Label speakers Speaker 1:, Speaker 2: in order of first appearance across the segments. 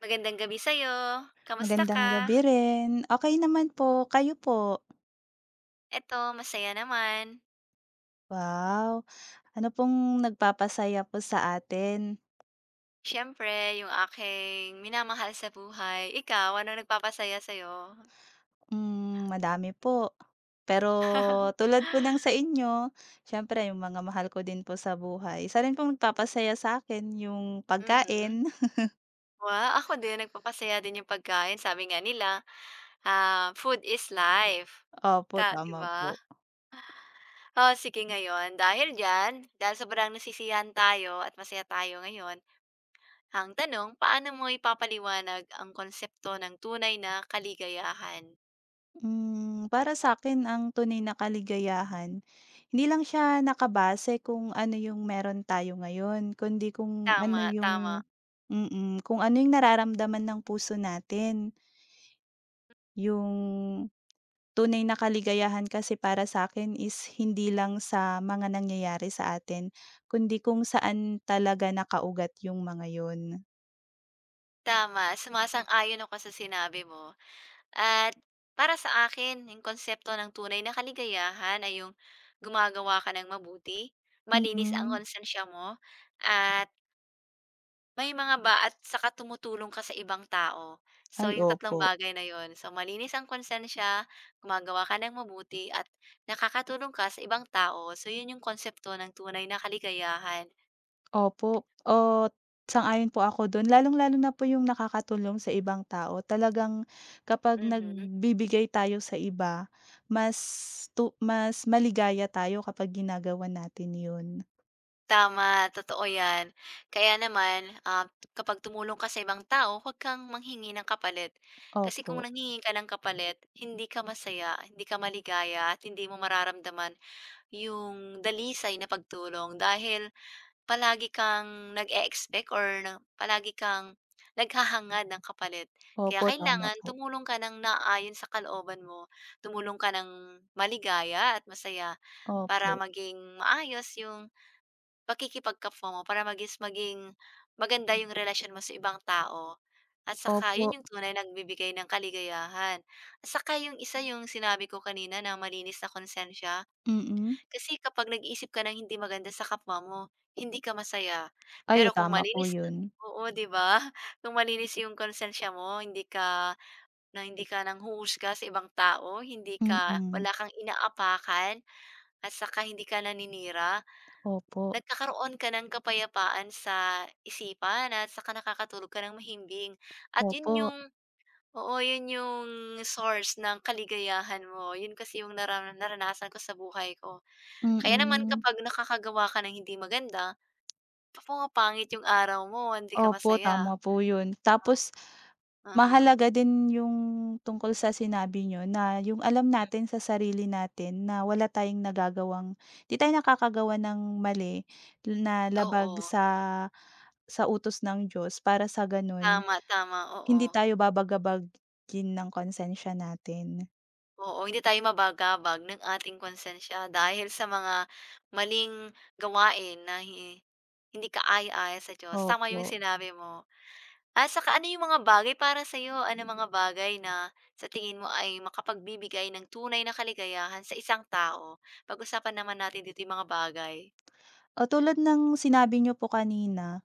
Speaker 1: Magandang gabi sa'yo. Kamusta
Speaker 2: Magandang
Speaker 1: ka?
Speaker 2: gabi rin. Okey naman po, kayo po?
Speaker 1: Eto masaya naman.
Speaker 2: Wow, ano pong nagpapasaya po sa atin?
Speaker 1: Siyempre yung aking minamahal sa buhay. Ikaw, ano nagpapasaya sa'yo?
Speaker 2: Madami po. Pero tulad po ng sa inyo, siyempre yung mga mahal ko din po sa buhay, isa rin pong nagpapasaya sa akin yung
Speaker 1: Mhm.
Speaker 2: pagkain.
Speaker 1: Wow, ako din nagpapasaya din yung pagkain. Sabi nga nila, ah, "Food is life."
Speaker 2: Opo,
Speaker 1: Ta 'di
Speaker 2: tama po.
Speaker 1: ba? Oh, sige ngayon dahil diyan, dahil sobrang nasisiyahan tayo at masaya tayo ngayon, ang tanong, paano mo ipapaliwanag ang konsepto ng tunay na kaligayahan?
Speaker 2: Para sa akin ang tunay na kaligayahan, hindi lang siya nakabase kung ano yung meron tayo ngayon, kundi kung
Speaker 1: Tama,
Speaker 2: ano
Speaker 1: tama.
Speaker 2: yung mm, kung ano yung nararamdaman ng puso natin. Yung tunay na kaligayahan kasi para sa akin is hindi lang sa mga nangyayari sa atin, kundi kung saan talaga nakaugat yung mga yun.
Speaker 1: Tama, sumasang-ayon ako sa sinabi mo. At para sa akin, yung konsepto ng tunay na kaligayahan ay yung gumagawa ka ng mabuti, malinis ang
Speaker 2: Mm.
Speaker 1: konsensya mo, at may mga ba at saka tumutulong ka sa ibang tao. So,
Speaker 2: Ay,
Speaker 1: yung tatlong
Speaker 2: opo.
Speaker 1: bagay na yon. So, malinis ang konsensya, gumagawa ka ng mabuti, at nakakatulong ka sa ibang tao. So, yun yung konsepto ng tunay na kaligayahan.
Speaker 2: Opo, at sang-ayon po ako do'n lalong-lalo na po yung nakakatulong sa ibang tao. Talagang kapag
Speaker 1: Mhm.
Speaker 2: nagbibigay tayo sa iba, mas mas maligaya tayo kapag ginagawa natin 'yun.
Speaker 1: Tama, totoo 'yan. Kaya naman, ah, kapag tumulong ka sa ibang tao, huwag kang manghingi ng kapalit. Kasi
Speaker 2: Opo,
Speaker 1: kung nanghingi ka ng kapalit, hindi ka masaya, hindi ka maligaya, at hindi mo mararamdaman yung dalisay na pagtulong dahil palagi kang nag-e-expect or na palagi kang naghahangad ng kapalit. Kaya
Speaker 2: opo, tama
Speaker 1: kailangan
Speaker 2: po.
Speaker 1: tumulong ka ng naayon sa kalooban mo, tumulong ka ng maligaya at masaya para
Speaker 2: Opo,
Speaker 1: maging maayos yung pakikipagkapwa mo, para magis maging maganda yung relasyon mo sa ibang tao at saka
Speaker 2: opo,
Speaker 1: yun yung tunay nagbibigay ng kaligayahan. At saka yung isa yung sinabi ko kanina na malinis na konsensiya.
Speaker 2: mm.
Speaker 1: Kasi kapag nag-iisip ka ng hindi maganda sa kapwa mo, hindi ka masaya.
Speaker 2: Ay,
Speaker 1: Pero kung
Speaker 2: tama po
Speaker 1: malinis
Speaker 2: 'yun.
Speaker 1: oo, 'di ba? Kung malinis yung konsensiya mo, hindi ka nanghuhusga sa ibang tao, hindi ka
Speaker 2: Mm,
Speaker 1: wala kang inaapakan at saka hindi ka naninira,
Speaker 2: opo,
Speaker 1: nagkakaroon ka ng kapayapaan sa isipan at saka nakakatulog ka ng mahimbing. At 'yun
Speaker 2: opo,
Speaker 1: yung oo, 'yun yung source ng kaligayahan mo. 'Yun kasi yung naranasan ko sa buhay ko. Kaya naman
Speaker 2: mm.
Speaker 1: kapag nakakagawa ka ng hindi maganda, pumapangit yung araw mo, hindi ka
Speaker 2: Opo,
Speaker 1: masaya.
Speaker 2: tama po 'yun.
Speaker 1: Tama.
Speaker 2: Tapos
Speaker 1: Aha,
Speaker 2: mahalaga din yung tungkol sa sinabi nyo na yung alam
Speaker 1: hmm,
Speaker 2: natin sa sarili natin na wala tayong nagagawang 'di tayo nakakagawa ng mali na labag
Speaker 1: oo.
Speaker 2: sa utos ng Diyos, para sa gano'n
Speaker 1: Tama, tama, oo.
Speaker 2: hindi tayo babagabagin ng konsensiya natin.
Speaker 1: Oo, hindi tayo mabagabag ng ating konsensya dahil sa mga maling gawain na hindi kaaya-aya sa Diyos. Tama yung
Speaker 2: Opo.
Speaker 1: sinabi mo. At saka ano yung mga bagay para sa sa'yo, anong mga bagay na sa tingin mo ay makapagbibigay ng tunay na kaligayahan sa isang tao? Pag-usapan naman natin dito yung mga bagay.
Speaker 2: O tulad ng sinabi nyo po kanina,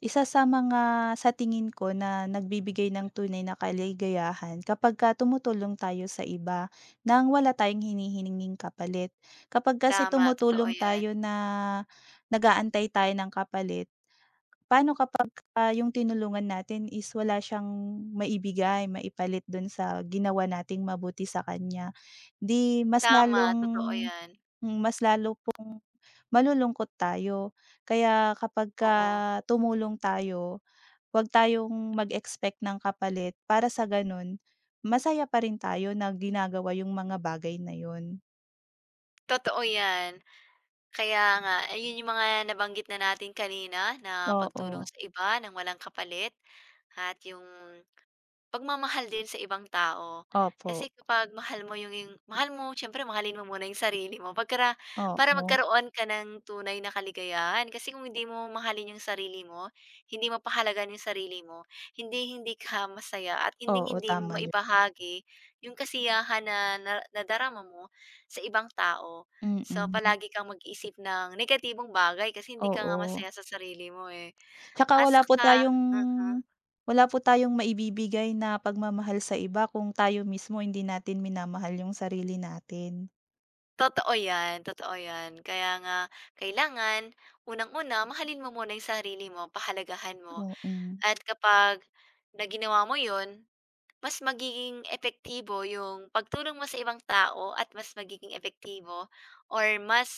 Speaker 2: isa sa mga sa tingin ko na nagbibigay ng tunay na kaligayahan kapagka tumutulong tayo sa iba nang wala tayong hinihinging kapalit. Kapag kasi
Speaker 1: Tama, totoo
Speaker 2: tumutulong
Speaker 1: yan.
Speaker 2: tayo na nagaantay aantay tayo ng kapalit, paano kapagka yung tinulungan natin is wala siyang maibigay, maipalit dun sa ginawa nating mabuti sa kanya, 'di mas
Speaker 1: Tama,
Speaker 2: lalong
Speaker 1: totoo yan.
Speaker 2: hmm, mas lalo malulungkot tayo. Kaya kapagka
Speaker 1: Oo,
Speaker 2: tumulong tayo 'wag tayong mag-expect ng kapalit para sa gano'n, masaya pa rin tayo na ginagawa yung mga bagay na yun.
Speaker 1: totoo yan. Kaya nga, ayun yung mga nabanggit na natin kanina na pagtulong
Speaker 2: Oo,
Speaker 1: sa iba ng walang kapalit at yung pagmamahal din sa ibang tao.
Speaker 2: opo,
Speaker 1: Kasi kapag mahal mo yung mahal mo siyempre mahalin mo muna yung sarili mo pagkara para
Speaker 2: oo,
Speaker 1: magkaroon ka ng tunay na kaligayahan. Kasi kung hindi mo mahalin yung sarili mo, hindi mo pahalagahan yung sarili mo, hindi hindi ka masaya at hindi
Speaker 2: oo,
Speaker 1: hindi mo
Speaker 2: tama yun.
Speaker 1: maibahagi yung kasiyahan na na nadarama mo sa ibang tao. So,
Speaker 2: Mm,
Speaker 1: palagi kang mag-iisip ng negatibong bagay kasi hindi ka nga
Speaker 2: oo.
Speaker 1: masaya sa sarili mo, eh.
Speaker 2: Tsaka
Speaker 1: At saka mhm.
Speaker 2: wala po tayong maibibigay na pagmamahal sa iba kung tayo mismo hindi natin minamahal yung sarili natin.
Speaker 1: Totoo yan, totoo yan. Kaya nga kailangan unang-una mahalin mo muna yung sarili mo, pahalagahan mo
Speaker 2: Mm,
Speaker 1: at kapag na ginawa mo yun, mas magiging epektibo yung pagtulong mo sa ibang tao at mas magiging epektibo or mas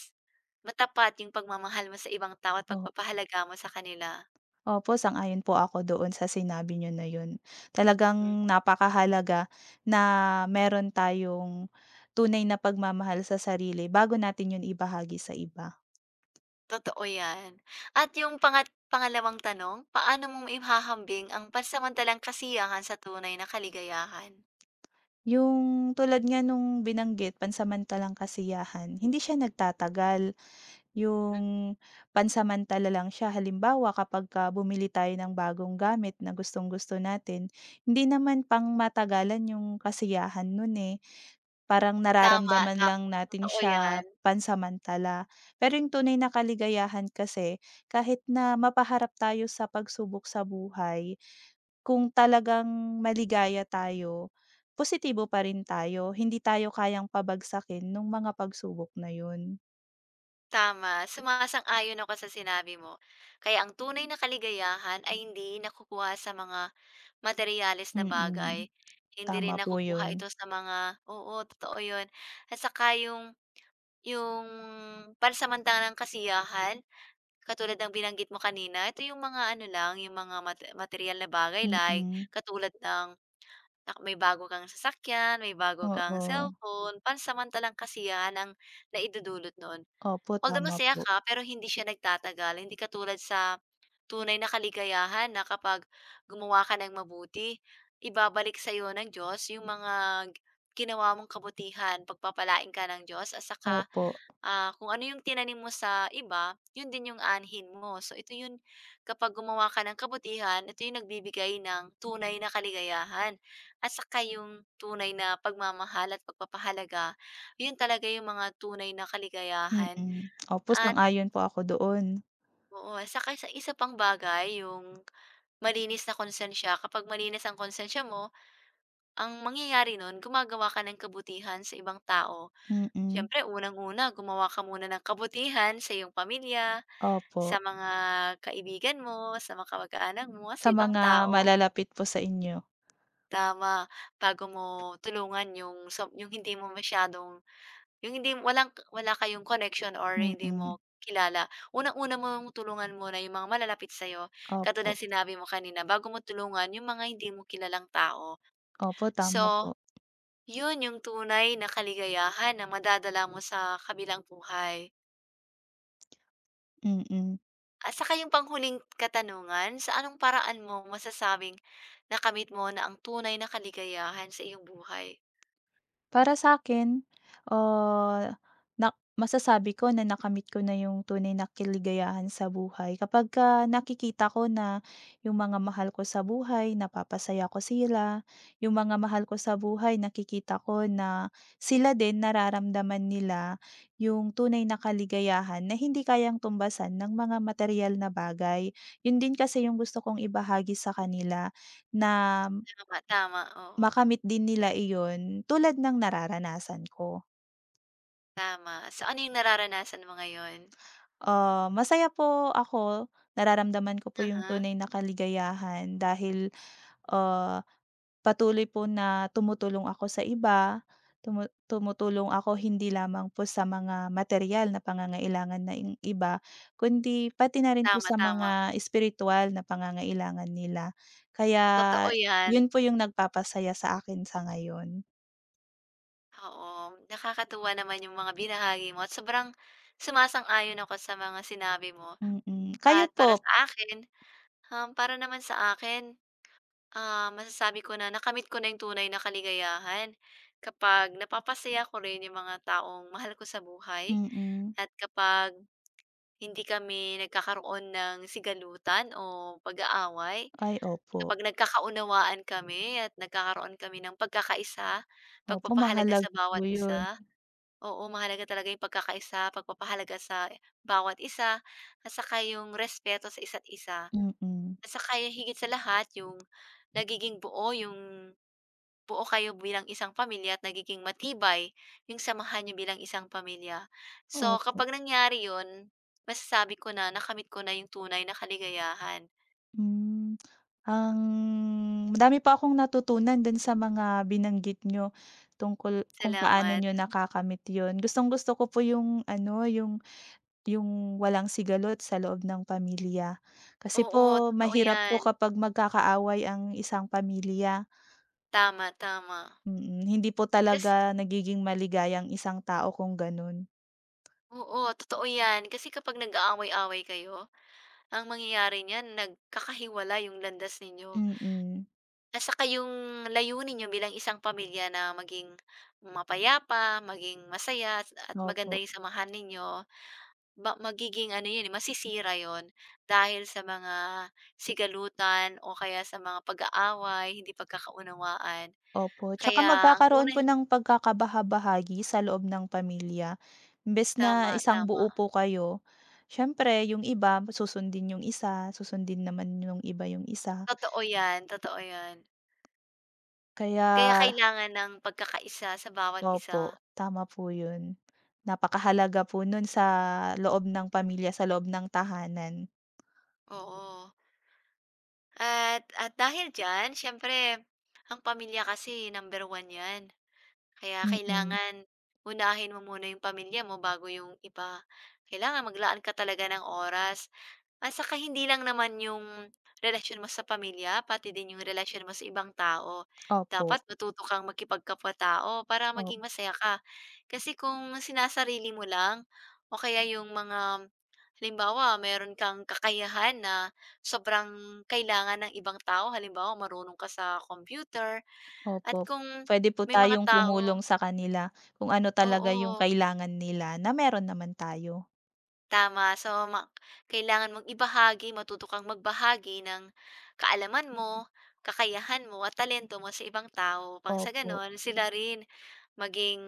Speaker 1: matapat yung pagmamahal mo sa ibang tao at
Speaker 2: o
Speaker 1: pagpapahalaga mo sa kanila.
Speaker 2: opo, sang-ayon po ako doon sa sinabi niyo na yun.
Speaker 1: Hmm,
Speaker 2: Talagang napakahalaga na meron tayong tunay na pagmamahal sa sarili bago natin yun ibahagi sa iba.
Speaker 1: totoo yan. At yung pangalawang tanong, paano mo maihahambing ang pansamantalang kasiyahan sa tunay na kaligayahan?
Speaker 2: Yung tulad nga nung binanggit, pansamantalang kasiyahan, hindi siya nagtatagal. Yung pansamantala lang siya. Halimbawa, kapag ka bumili tayo ng bagong gamit na gustong-gusto natin, hindi naman pang matagalan yung kasiyahan nun eh. Parang
Speaker 1: Tama,
Speaker 2: nararamdaman
Speaker 1: tama.
Speaker 2: lang natin
Speaker 1: Totoo yan,
Speaker 2: siya pansamantala. Pero yung tunay na kaligayahan kasi kahit na mapaharap tayo sa pagsubok sa buhay, kung talagang maligaya tayo, positibo pa rin tayo. Hindi tayo kayang pabagsakin nung mga pagsubok na yun.
Speaker 1: tama. Sumasang-ayon ako sa sinabi mo. Kaya ang tunay na kaligayahan ay hindi nakukuha sa mga materialis na bagay.
Speaker 2: Mm,
Speaker 1: Hindi
Speaker 2: tama
Speaker 1: rin
Speaker 2: po
Speaker 1: nakukuha
Speaker 2: yun.
Speaker 1: ito sa mga oo, totoo yun. At saka yung pansamantalang kasiyahan, katulad ng binanggit mo kanina, ito yung mga ano lang, yung mga materyal na bagay like
Speaker 2: Mm,
Speaker 1: katulad ng nak may bago kang sasakyan, may bago kang
Speaker 2: oo.
Speaker 1: cellphone, pansamantalang kasiyahan ang naidudulot no'n.
Speaker 2: Opo,
Speaker 1: Although
Speaker 2: tama
Speaker 1: masaya
Speaker 2: po.
Speaker 1: ka, pero hindi siya nagtatagal, hindi katulad sa tunay na kaligayahan na kapag gumawa ka ng mabuti, ibabalik sa sa'yo ng Diyos yung mga g- ginawa mong kabutihan, pagpapalain ka ng Diyos at saka
Speaker 2: Opo,
Speaker 1: ah, kung ano yung tinanim mo sa iba, yun din yung anhin mo. So ito yun, kapag gumawa ka ng kabutihan, ito yung nagbibigay ng tunay na kaligayahan. At saka yung tunay na pagmamahal at pagpapahalaga, yun talaga yung mga tunay na kaligayahan.
Speaker 2: mm. Opo,
Speaker 1: At
Speaker 2: sang-ayon po ako doon.
Speaker 1: oo, at saka sa isa pang bagay, yung malinis na konsensya. Kapag malinis ang konsensya mo, ang mangyayari nun, gumagawa ka ng kabutihan sa ibang tao.
Speaker 2: Mm,
Speaker 1: Siyempre, unang-una, gumawa ka muna ng kabutihan sa iyong pamilya,
Speaker 2: opo.
Speaker 1: sa mga kaibigan mo, sa mga kamag-anak mo,
Speaker 2: Sa
Speaker 1: kasi ibang
Speaker 2: mga
Speaker 1: tao.
Speaker 2: malalapit po sa inyo.
Speaker 1: Tama, bago mo tulungan yung sa yung hindi mo masyadong yung hindi walang wala kayong connection or hindi mo
Speaker 2: Mm,
Speaker 1: kilala. Unang-una mong tulungan muna yung mga malalapit sa'yo, katulad
Speaker 2: opo.
Speaker 1: ng sinabi mo kanina, bago mo tulungan yung mga hindi mo kilalang tao.
Speaker 2: Opo,
Speaker 1: So,
Speaker 2: tama po.
Speaker 1: yun yung tunay na kaligayahan na madadala mo sa kabilang buhay.
Speaker 2: Mm.
Speaker 1: At saka yung panghuling katanungan, sa anong paraan mo masasabing nakamit mo na ang tunay na kaligayahan sa iyong buhay?
Speaker 2: Para sa'kin, ah, nak masasabi ko na nakamit ko na yung tunay na kaligayahan sa buhay kapagka nakikita ko na yung mga mahal ko sa buhay napapasaya ko sila, yung mga mahal ko sa buhay nakikita ko na sila din nararamdaman nila yung tunay na kaligayahan na hindi kayang tumbasan ng mga material na bagay. Yun din kasi yung gusto kong ibahagi sa kanila na
Speaker 1: Tama, tama, oo,
Speaker 2: makamit din nila iyon tulad ng nararanasan ko.
Speaker 1: tama. So, ano yung nararanasan mo ngayon?
Speaker 2: Masaya po ako, nararamdaman ko po yung
Speaker 1: uh
Speaker 2: tunay na kaligayahan dahil, ah, patuloy po na tumutulong ako sa iba, tumu tumutulong ako hindi lamang po sa mga material na pangangailangan na ng iba, kundi pati na rin po
Speaker 1: Tama,
Speaker 2: sa
Speaker 1: tama.
Speaker 2: mga spiritual na pangangailangan nila. Kaya
Speaker 1: Totoo yan.
Speaker 2: yun po yung nagpapasaya sa akin sa ngayon,
Speaker 1: Oo, nakakatuwa naman yung mga binahagi mo at sobrang sumasang-ayon ako sa mga sinabi mo.
Speaker 2: mm. Kayo
Speaker 1: At
Speaker 2: po?
Speaker 1: para sa akin, para naman sa akin ah, masasabi ko na nakamit ko na yung tunay na kaligayahan kapag napapasaya ko rin yung mga taong mahal ko sa buhay
Speaker 2: Mm.
Speaker 1: at kapag hindi kami nagkakaroon ng sigalutan o pag-aaway.
Speaker 2: Ay opo.
Speaker 1: Kapag nagkakaunawaan kami at nagkakaroon kami ng pagkakaisa,
Speaker 2: Opo,
Speaker 1: pagpapahalaga sa
Speaker 2: mahalaga po
Speaker 1: bawat
Speaker 2: 'yun.
Speaker 1: isa. Oo, mahalaga talaga yung pagkakaisa, pagpapahalaga sa bawat isa at saka yung respeto sa isa't isa.
Speaker 2: Mm.
Speaker 1: At saka yung higit sa lahat yung nagiging buo yung buo kayo bilang isang pamilya at nagiging matibay yung samahan niyo bilang isang pamilya. So,
Speaker 2: Opo.
Speaker 1: kapag nangyari yun, masasabi ko na nakamit ko na yung tunay na kaligayahan.
Speaker 2: Hmm, ang madami pa akong natutunan do'n sa mga binanggit niyo tungkol kung paano
Speaker 1: Salamat.
Speaker 2: niyo nakakamit 'yun. Gustong-gusto ko po yung ano, yung walang sigalot sa loob ng pamilya. Kasi
Speaker 1: Oo,
Speaker 2: po
Speaker 1: totoo
Speaker 2: mahirap po
Speaker 1: yan.
Speaker 2: kapag magkakaaway ang isang pamilya.
Speaker 1: Tama, tama.
Speaker 2: Mm, hindi po
Speaker 1: Kasi,
Speaker 2: talaga nagiging maligaya ang isang tao kung gano'n.
Speaker 1: oo, totoo yan. Kasi kapag nag-aaway-away kayo, ang mangyayari niyan nagkakahiwalay yung landas ninyo
Speaker 2: Mm,
Speaker 1: at saka yung layunin niyo bilang isang pamilya na maging mapayapa, maging masaya at maganda
Speaker 2: opo.
Speaker 1: yung samahan ninyo, ba magiging ano yun, eh, masisira yun dahil sa mga sigalutan o kaya sa mga pag-aaway, hindi pagkakaunawaan.
Speaker 2: Opo, tsaka
Speaker 1: Kaya ang
Speaker 2: magkakaroon po
Speaker 1: tunay
Speaker 2: ng pagkakabaha-bahagi sa loob ng pamilya. Imbes
Speaker 1: tama,
Speaker 2: na isang
Speaker 1: tama.
Speaker 2: buo po kayo, siyempre yung iba susundin yung isa, susundin naman yung iba yung isa.
Speaker 1: Totoo yan, totoo yan. Kaya
Speaker 2: Kaya
Speaker 1: kailangan ng pagkakaisa sa bawat isa,
Speaker 2: opo, tama po yun. Napakahalaga po nun sa loob ng pamilya, sa loob ng tahanan.
Speaker 1: oo. At dahil diyan siyempre ang pamilya kasi #1 'yan. Kaya
Speaker 2: Mm,
Speaker 1: kailangan unahin mo muna yung pamilya mo bago yung iba. Kailangan maglaan ka talaga ng oras at saka hindi lang naman yung relasyon mo sa pamilya, pati din yung relasyon mo sa ibang tao.
Speaker 2: opo.
Speaker 1: Dapat matuto kang makipagkapwa-tao para
Speaker 2: Op
Speaker 1: maging masaya ka. Kasi kung sinasarili mo lang o kaya yung mga halimbawa, meron kang kakayahan na sobrang kailangan ng ibang tao. Halimbawa, marunong ka sa computer at
Speaker 2: opo.
Speaker 1: kung
Speaker 2: Puwede po
Speaker 1: may mga
Speaker 2: tayong
Speaker 1: tao
Speaker 2: tumulong sa kanila kung ano talaga yung
Speaker 1: oo,
Speaker 2: kailangan nila na meron naman tayo.
Speaker 1: tama. So, kailangan mong ibahagi, matuto kang magbahagi ng kaalaman mo, kakayahan mo at talento mo sa ibang tao pang sa
Speaker 2: Opo,
Speaker 1: gano'n sila rin maging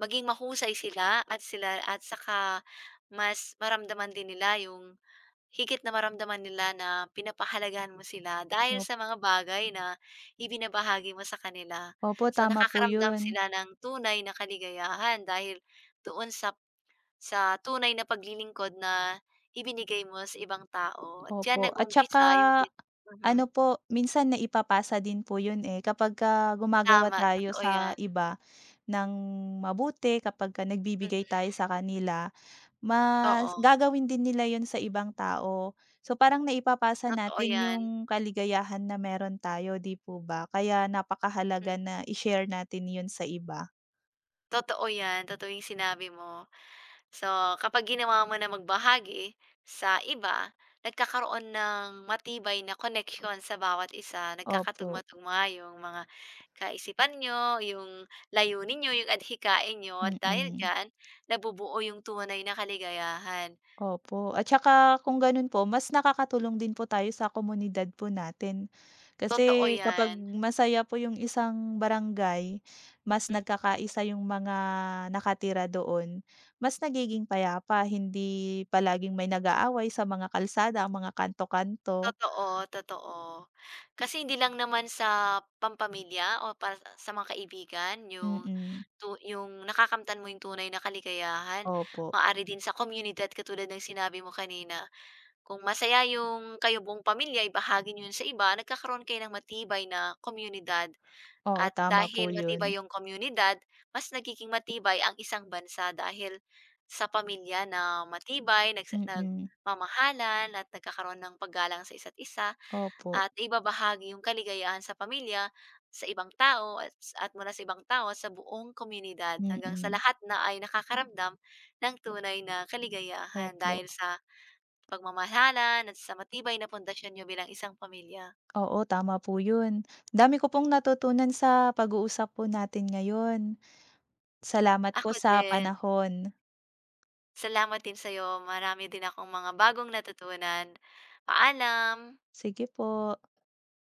Speaker 1: maging mahusay sila at saka mas maramdaman din nila yung higit na maramdaman nila na pinapahalagahan mo sila dahil
Speaker 2: op
Speaker 1: sa mga bagay na ibinabahagi mo sa kanila.
Speaker 2: opo,
Speaker 1: So,
Speaker 2: tama po
Speaker 1: nakakaramdam
Speaker 2: 'yun.
Speaker 1: sila ng tunay na kaligayahan dahil doon sa tunay na paglilingkod na ibinigay mo sa ibang tao at diyan
Speaker 2: Opo, at saka
Speaker 1: nag-umpisa yung mhm,
Speaker 2: ano po, minsan naipapasa din po 'yun, eh, kapagka gumagawa
Speaker 1: tama
Speaker 2: tayo
Speaker 1: totoo
Speaker 2: sa
Speaker 1: yan,
Speaker 2: iba ng mabuti, kapagka
Speaker 1: mhm,
Speaker 2: nagbibigay tayo sa kanila, mas
Speaker 1: oo,
Speaker 2: gagawin din nila 'yun sa ibang tao. So, parang naipapasa
Speaker 1: totoo
Speaker 2: natin
Speaker 1: yan,
Speaker 2: yung kaligayahan na meron tayo, 'di po ba? Kaya napakahalaga
Speaker 1: hmm,
Speaker 2: na i-share natin 'yun sa iba.
Speaker 1: totoo yan, totoo yung sinabi mo. So, kapag ginawa mo na magbahagi sa iba, nagkakaroon ng matibay na connection sa bawat isa,
Speaker 2: Opo,
Speaker 1: nagkakatugma-tugma yung mga kaisipan niyo, yung layunin niyo, yung adhikain niyo at dahil
Speaker 2: mm.
Speaker 1: diyan nabubuo yung tunay na kaligayahan.
Speaker 2: Opo, at saka kung ganun po mas nakakatulong din po tayo sa komunidad po natin.
Speaker 1: Totoo
Speaker 2: Kasi kapag
Speaker 1: 'yan.
Speaker 2: masaya po yung isang barangay, mas
Speaker 1: Mhm.
Speaker 2: nagkakaisa yung mga nakatira doon, mas nagiging payapa hindi palaging may nag-aaway sa mga kalsada, ang mga kanto-kanto.
Speaker 1: Totoo, totoo. Kasi hindi lang naman sa pampamilya o para sa mga kaibigan yung
Speaker 2: Mm,
Speaker 1: yung nakakamtan mo yung tunay na kaligayahan,
Speaker 2: opo.
Speaker 1: maaari din sa komunidad katulad ng sinabi mo kanina. Kung masaya yung kayo buong pamilya, ibahagi niyo yun sa iba, nagkakaroon kayo ng matibay na komunidad.
Speaker 2: Oo,
Speaker 1: At
Speaker 2: tama po
Speaker 1: dahil
Speaker 2: yun.
Speaker 1: matibay yung komunidad, mas nagiging matibay ang isang bansa dahil sa pamilya na matibay,
Speaker 2: Mm,
Speaker 1: nagmamahalan at nagkakaroon ng paggalang sa isa't isa
Speaker 2: opo.
Speaker 1: at ibabahagi yung kaligayahan sa pamilya, sa ibang tao at mula sa ibang tao sa buong komunidad hanggang sa
Speaker 2: Mm,
Speaker 1: lahat na ay nakakaramdam ng tunay na kaligayahan
Speaker 2: opo.
Speaker 1: dahil sa pagmamahalan at sa matibay na pundasyon niyo bilang isang pamilya.
Speaker 2: Oo, tama po yun. Dami ko pong natutunan sa pag-uusap po natin ngayon. Salamat po
Speaker 1: Ako
Speaker 2: sa
Speaker 1: din.
Speaker 2: panahon.
Speaker 1: Salamat din sa'yo. Marami din akong mga bagong natutunan. Paalam.
Speaker 2: Sige po.